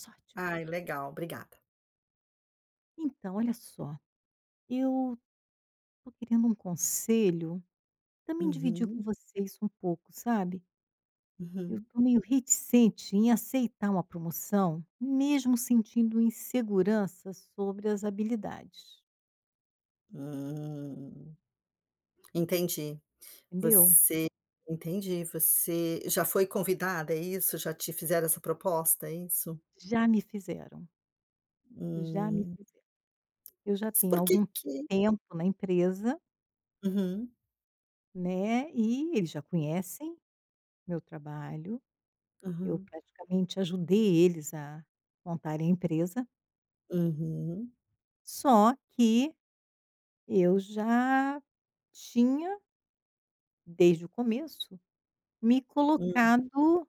Só ótimo. Ai, legal, obrigada. Então, olha só, eu tô querendo um conselho, também dividir com Uhum, vocês um pouco, sabe. Eu uhum. tô meio reticente em aceitar uma promoção, mesmo sentindo insegurança sobre as habilidades, Hum, entendi. entendeu. Você entendi, você já foi convidada, é isso? Já te fizeram essa proposta, é isso? Já me fizeram, já me Hum, fizeram. Eu já mas tenho por que algum que tempo na empresa, uhum. né, e eles já conhecem meu trabalho, eu Aham. praticamente ajudei eles a montarem a empresa, Uhum, só que eu já tinha, desde o começo, me hum, colocado,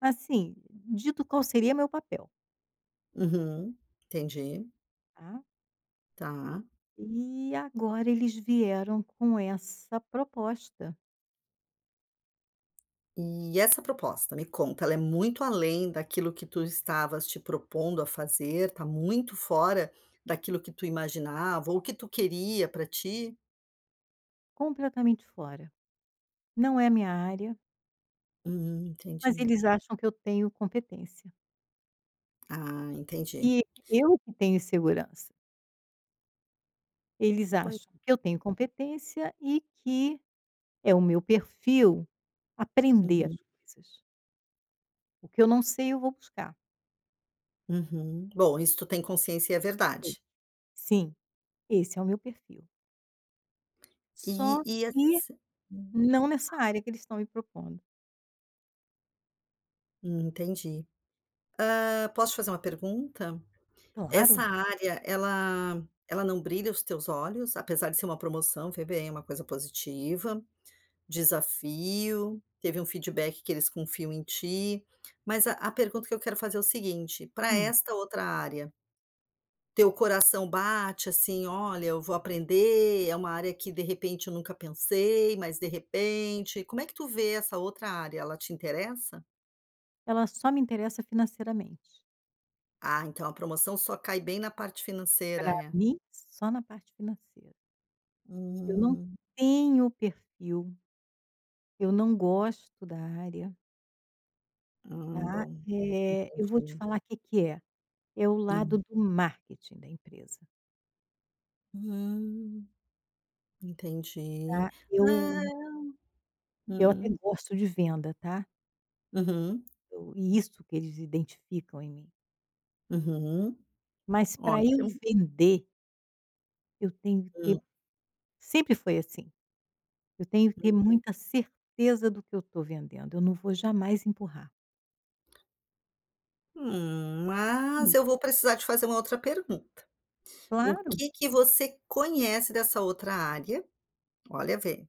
assim, dito qual seria meu papel, Uhum, entendi, tá. tá. E agora eles vieram com essa proposta E essa proposta, me conta, ela é muito além daquilo que tu estavas te propondo a fazer? Tá muito fora daquilo que tu imaginava ou que tu queria para ti? completamente fora. Não é a minha área, mas Entendi. eles acham que eu tenho competência. Ah, entendi. E eu que tenho insegurança. Eles Pois acham que eu tenho competência e que é o meu perfil aprender uhum, as coisas. O que eu não sei, eu vou buscar. uhum. Bom, isso tu tem consciência e é Sim. verdade. Sim. Esse é o meu perfil. Só E que assi hum, não nessa área que eles estão me propondo. Entendi. Hã, posso te fazer uma pergunta? Essa Claro. área, ela não brilha os teus olhos? Apesar de ser uma promoção, vê bem, é uma coisa positiva, desafio, teve um feedback que eles confiam em ti, mas a pergunta que eu quero fazer é o seguinte: para Hum. esta outra área. Teu coração bate assim: "Olha, eu vou aprender, é uma área que de repente eu nunca pensei, mas de repente". Como é que tu vê essa outra área, ela te interessa? Ela só me interessa financeiramente. Ah, então a promoção só cai bem na parte financeira, Para é. mim, só na parte financeira. Eu não Hum, tenho perfil, eu não gosto da área, tá. bom, Eu vou te entendi. falar o que que é, é o Hum, lado do marketing da empresa, hum, entendi. tá. Eu É, eu até hum, gosto de venda, tá. uhum, Eu e isso que eles identificam em mim. uhum, Mas para eu ótimo. vender, eu tenho que Hum, ter sempre foi assim. Eu tenho que ter hum, muita certeza do que eu estou vendendo, eu não vou jamais empurrar. Mas Entendi. eu vou precisar te fazer uma outra pergunta. O Claro. que que você conhece dessa outra área? Olha, vê,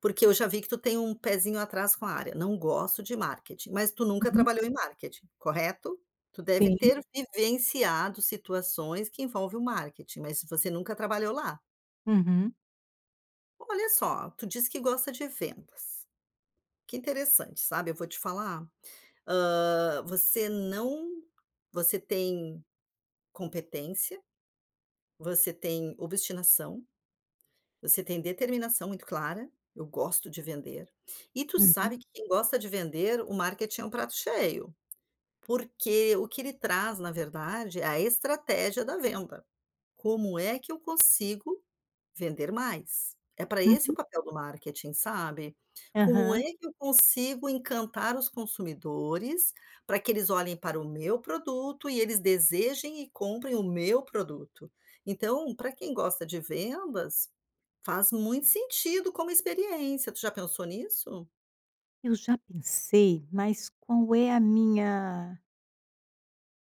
porque eu já vi que tu tem um pezinho atrás com a área. Não gosto de marketing, mas tu nunca Uhum. trabalhou em marketing, correto? Tu deve Sim. ter vivenciado situações que envolvem o marketing, mas você nunca trabalhou lá. Uhum. Olha só, tu diz que gosta de vendas. Que interessante, sabe? Eu vou te falar, você não você tem competência, você tem obstinação. Você tem determinação muito clara, eu gosto de vender. E tu Uhum, sabe. Hum. Que quem gosta de vender, o marketing é um prato cheio, porque o que ele traz, na verdade, é a estratégia da venda. Como é que eu consigo vender mais? É para esse o uhum. papel do marketing, sabe? Como é Aham. que eu consigo encantar os consumidores para que eles olhem para o meu produto e eles desejem e comprem o meu produto? Então, para quem gosta de vendas, faz muito sentido como experiência, tu já pensou nisso? Eu já pensei, mas qual é a minha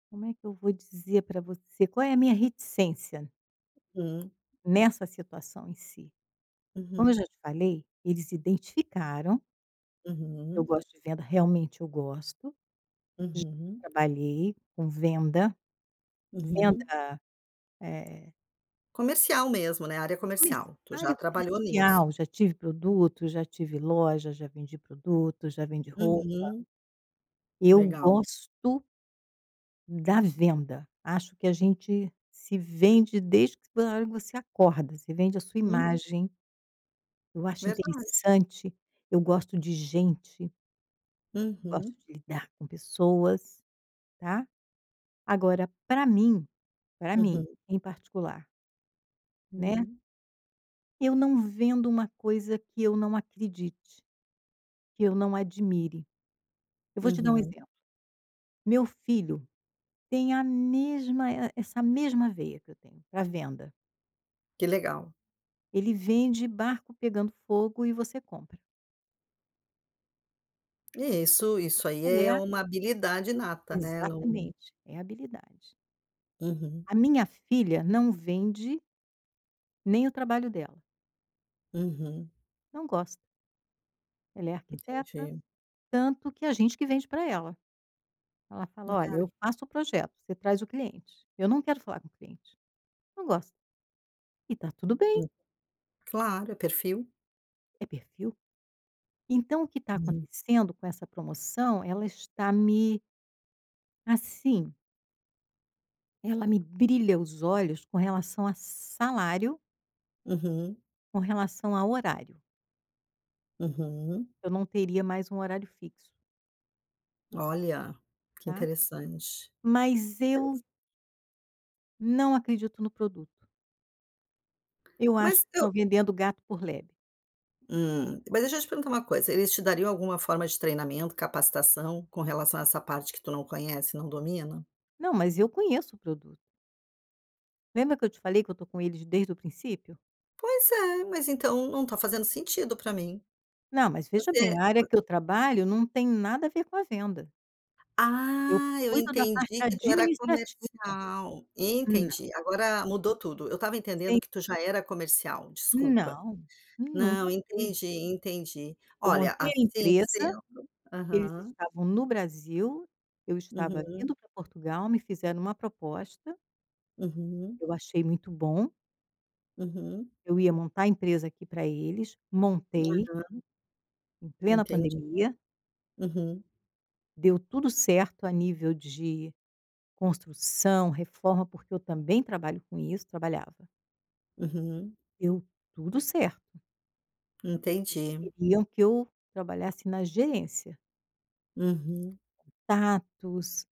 como é que eu vou dizer para você, qual é a minha reticência Hum, nessa situação em si? Como eu uhum, já te falei, eles identificaram, eu uhum, gosto de venda, realmente eu gosto, já uhum, trabalhei com venda, uhum. venda, eh Comercial mesmo, né, área Comerci comercial, tu já Área trabalhou nisso. comercial, já tive produtos, já tive loja, já vendi produtos, já vendi roupa. Uhum, Eu legal. gosto da venda. Acho que a gente se vende desde que a hora que você acorda, você vende a sua Hum, imagem. Eu acho verdade. interessante, eu gosto de gente, gosto Uhum, de lidar com pessoas, tá. Agora para mim, uhum, em particular, né, uhum, eu não vendo uma coisa que eu não acredite, que eu não admire. Eu vou te dar um uhum. exemplo. Meu filho tem a mesma e essa mesma veia que eu tenho para venda. Que legal. Ele vende barco pegando fogo e você compra. É isso, isso aí Isso é é a uma habilidade inata, né, não. Exatamente, é habilidade. Uhum, A minha filha não vende nem o trabalho dela, uhum, não gosta. Ela é arquiteta, entendi. tanto que a gente que vende para ela. Ela fala: "Olha, É, eu faço o projeto, você traz o cliente. Eu não quero falar com o cliente", não gosta. E tá tudo bem, hum, claro, é perfil. é perfil. Então o que está Uhum, acontecendo com essa promoção, ela está me... Assim, ela me brilha os olhos com relação a salário, uhum, com relação a horário. uhum. Eu não teria mais um horário fixo, Olha, que tá. interessante. Mas eu não acredito no produto. Eu acho Mas que eu estão vendendo gato por lebre. Mas deixa eu te perguntar uma coisa, eles te dariam alguma forma de treinamento, capacitação com relação a essa parte que tu não conhece, não domina? Não, mas eu conheço o produto. Lembra que eu te falei que eu estou com eles desde o princípio? Pois é, mas então não tá fazendo sentido para mim. Não, mas veja bem, Você a área que eu trabalho não tem nada a ver com a venda. Eu ah, eu cuido da parte entendi que tu era administrativa. comercial. Não, Entendi, agora mudou tudo. Eu estava entendendo sem que tu já era comercial, desculpa. não, nunca Não, fui. entendi, entendi. Eu Olha, montei a assim, se empresa. eu Eles aham, estavam no Brasil, eu estava uhum, vindo para Portugal, me fizeram uma proposta, uhum, eu achei muito bom, uhum. eu ia montar a empresa aqui para eles, montei Aham, em plena entendi. pandemia, Uhum, deu tudo certo a nível de construção, reforma, porque eu também trabalho com isso, trabalhava. uhum, Deu tudo certo. Eles entendi. queriam que eu trabalhasse na gerência, Uhum. contatos,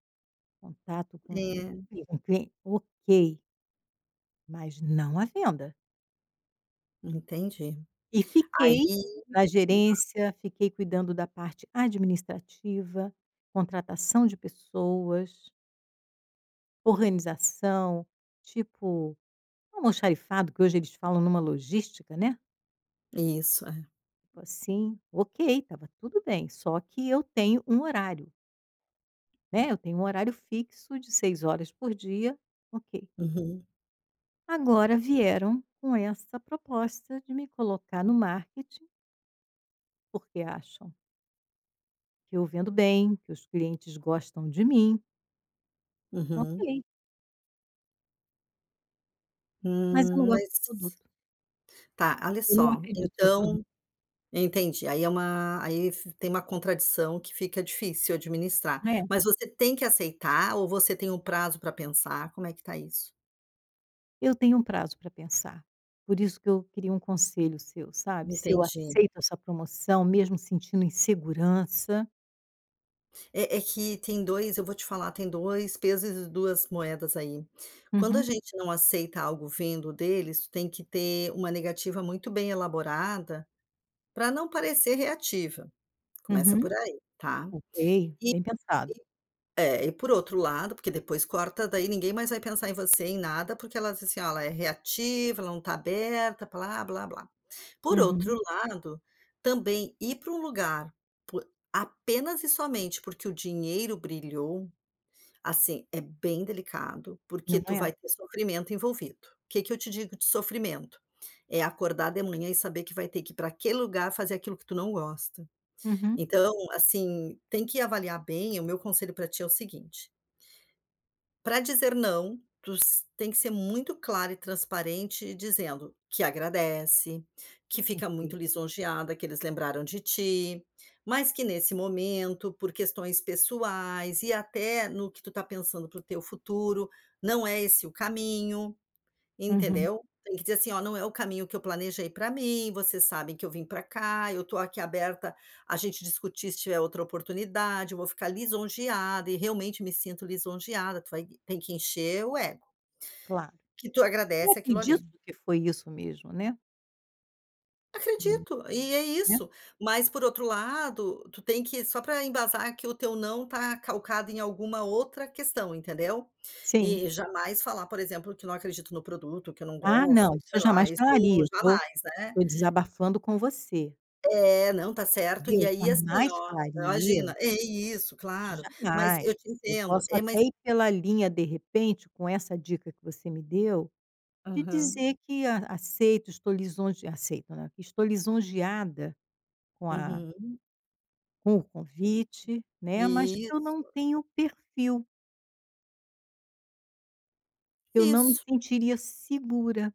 contato com É, enfim, com cliente, ok, mas não à venda. entendi. E Aí fiquei na gerência, fiquei cuidando da parte administrativa, contratação de pessoas, organização, tipo um almoxarifado, que hoje eles falam numa logística, né, isso, é. tipo assim, ok, estava tudo bem, só que eu tenho um horário, né, eu tenho um horário fixo de 6 horas por dia, ok. Uhum, Agora vieram com essa proposta de me colocar no marketing, porque acham que eu vendo bem, que os clientes gostam de mim. uhum. Ok, mas eu não Hum, gosto mas do produto, tá, olha eu não só, acredito no produto, então entendi, aí é uma aí f tem uma contradição que fica difícil administrar. né. Mas você tem que aceitar ou você tem um prazo para pensar? Como é que tá isso? Eu tenho um prazo para pensar, por isso que eu queria um conselho seu, sabe, se eu Entendi. aceito essa promoção mesmo sentindo insegurança. É que tem 2, eu vou te falar, tem 2 pesos e 2 moedas aí. Quando a Uhum, gente não aceita algo vindo deles, tu tem que ter uma negativa muito bem elaborada, para não parecer reativa, começa uhum. por aí, tá. Ok, E bem pensado. é, e por outro lado porque depois corta, daí ninguém mais vai pensar em você, em nada, porque ela diz assim: "Ó, ela é reativa, ela não está aberta, blá, blá, blá". Por Uhum. outro lado, também ir para um lugar por apenas e somente porque o dinheiro brilhou. Assim, é bem delicado, porque Não tu é? vai ter sofrimento envolvido. O Que que eu te digo de sofrimento? É acordar de manhã e saber que vai ter que ir para aquele lugar fazer aquilo que tu não gosta. Uhum. Então, assim, tem que avaliar bem, o meu conselho para ti é o seguinte: para dizer não, tem que ser muito clara e transparente, dizendo que agradece, que fica muito Ok. lisonjeada, que eles lembraram de ti, mas que nesse momento, por questões pessoais e até no que tu está pensando para o teu futuro, não é esse o caminho. Uhum, Entendeu? Tem que dizer assim: "Ó, não é o caminho que eu planejei para mim, vocês sabem que eu vim para cá, eu tô aqui aberta a gente discutir se tiver outra oportunidade, eu vou ficar lisonjeada e realmente me sinto lisonjeada", tu vai tem que encher o ego, claro. que tu E agradece aquilo ali. acredito que foi isso mesmo, né. Mas, Acredito, e é né. isso. Mas por outro lado, tu tem que só para embasar que o teu não tá calcado em alguma outra questão, entendeu? Sim. E jamais falar, por exemplo, que não acredito no produto, que eu não Ah não, gosto, isso eu sei lá, jamais isso falaria, eu jamais, né? tô desabafando com você, É, não, tá certo. E Deus, aí, assim, jamais ó, falaria. imagina é isso, claro. Mas Jamais. eu te Eu entendo. posso É, mas até ir pela linha, de repente, com essa dica que você me deu, de aham, dizer que a aceito, estou lisonje aceito não, que estou lisonjeada com a uhum. com o convite, né, mas que eu não Isso, tenho perfil, que eu não me isso, sentiria segura.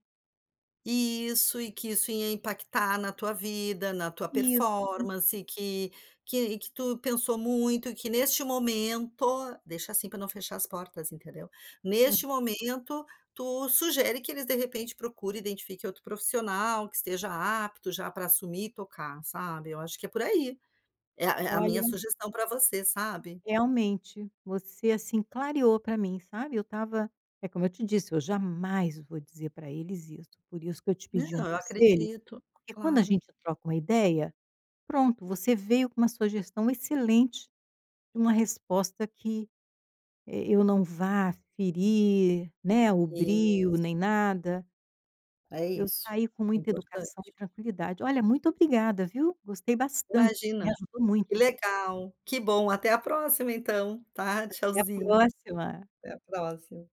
isso. E que isso ia impactar na tua vida, na tua Isso. performance, e que tu pensou muito, e que neste momento deixa assim para não fechar as portas, entendeu. Neste momento, tu sugere que eles, de repente, procurem, identifiquem outro profissional que esteja apto já para assumir e tocar, sabe. Eu acho que é por aí. É a minha Olha, sugestão para você, sabe. realmente, você, assim, clareou para mim, sabe. Eu estava É como eu te disse, eu jamais vou dizer para eles isso, por isso que eu te pedi um Não, eu conselho, acredito, porque quando a claro. gente troca uma ideia, pronto, você veio com uma sugestão excelente de uma resposta que, eu não vá ferir, né, o E brio nem nada. é Eu isso, saí com é muita importante. educação e tranquilidade. Olha, muito obrigada, viu. Gostei bastante, me Imagina, ajudou que muito. legal, que bom, até a próxima então, tá. Até a Tchauzinho, próxima. até a próxima.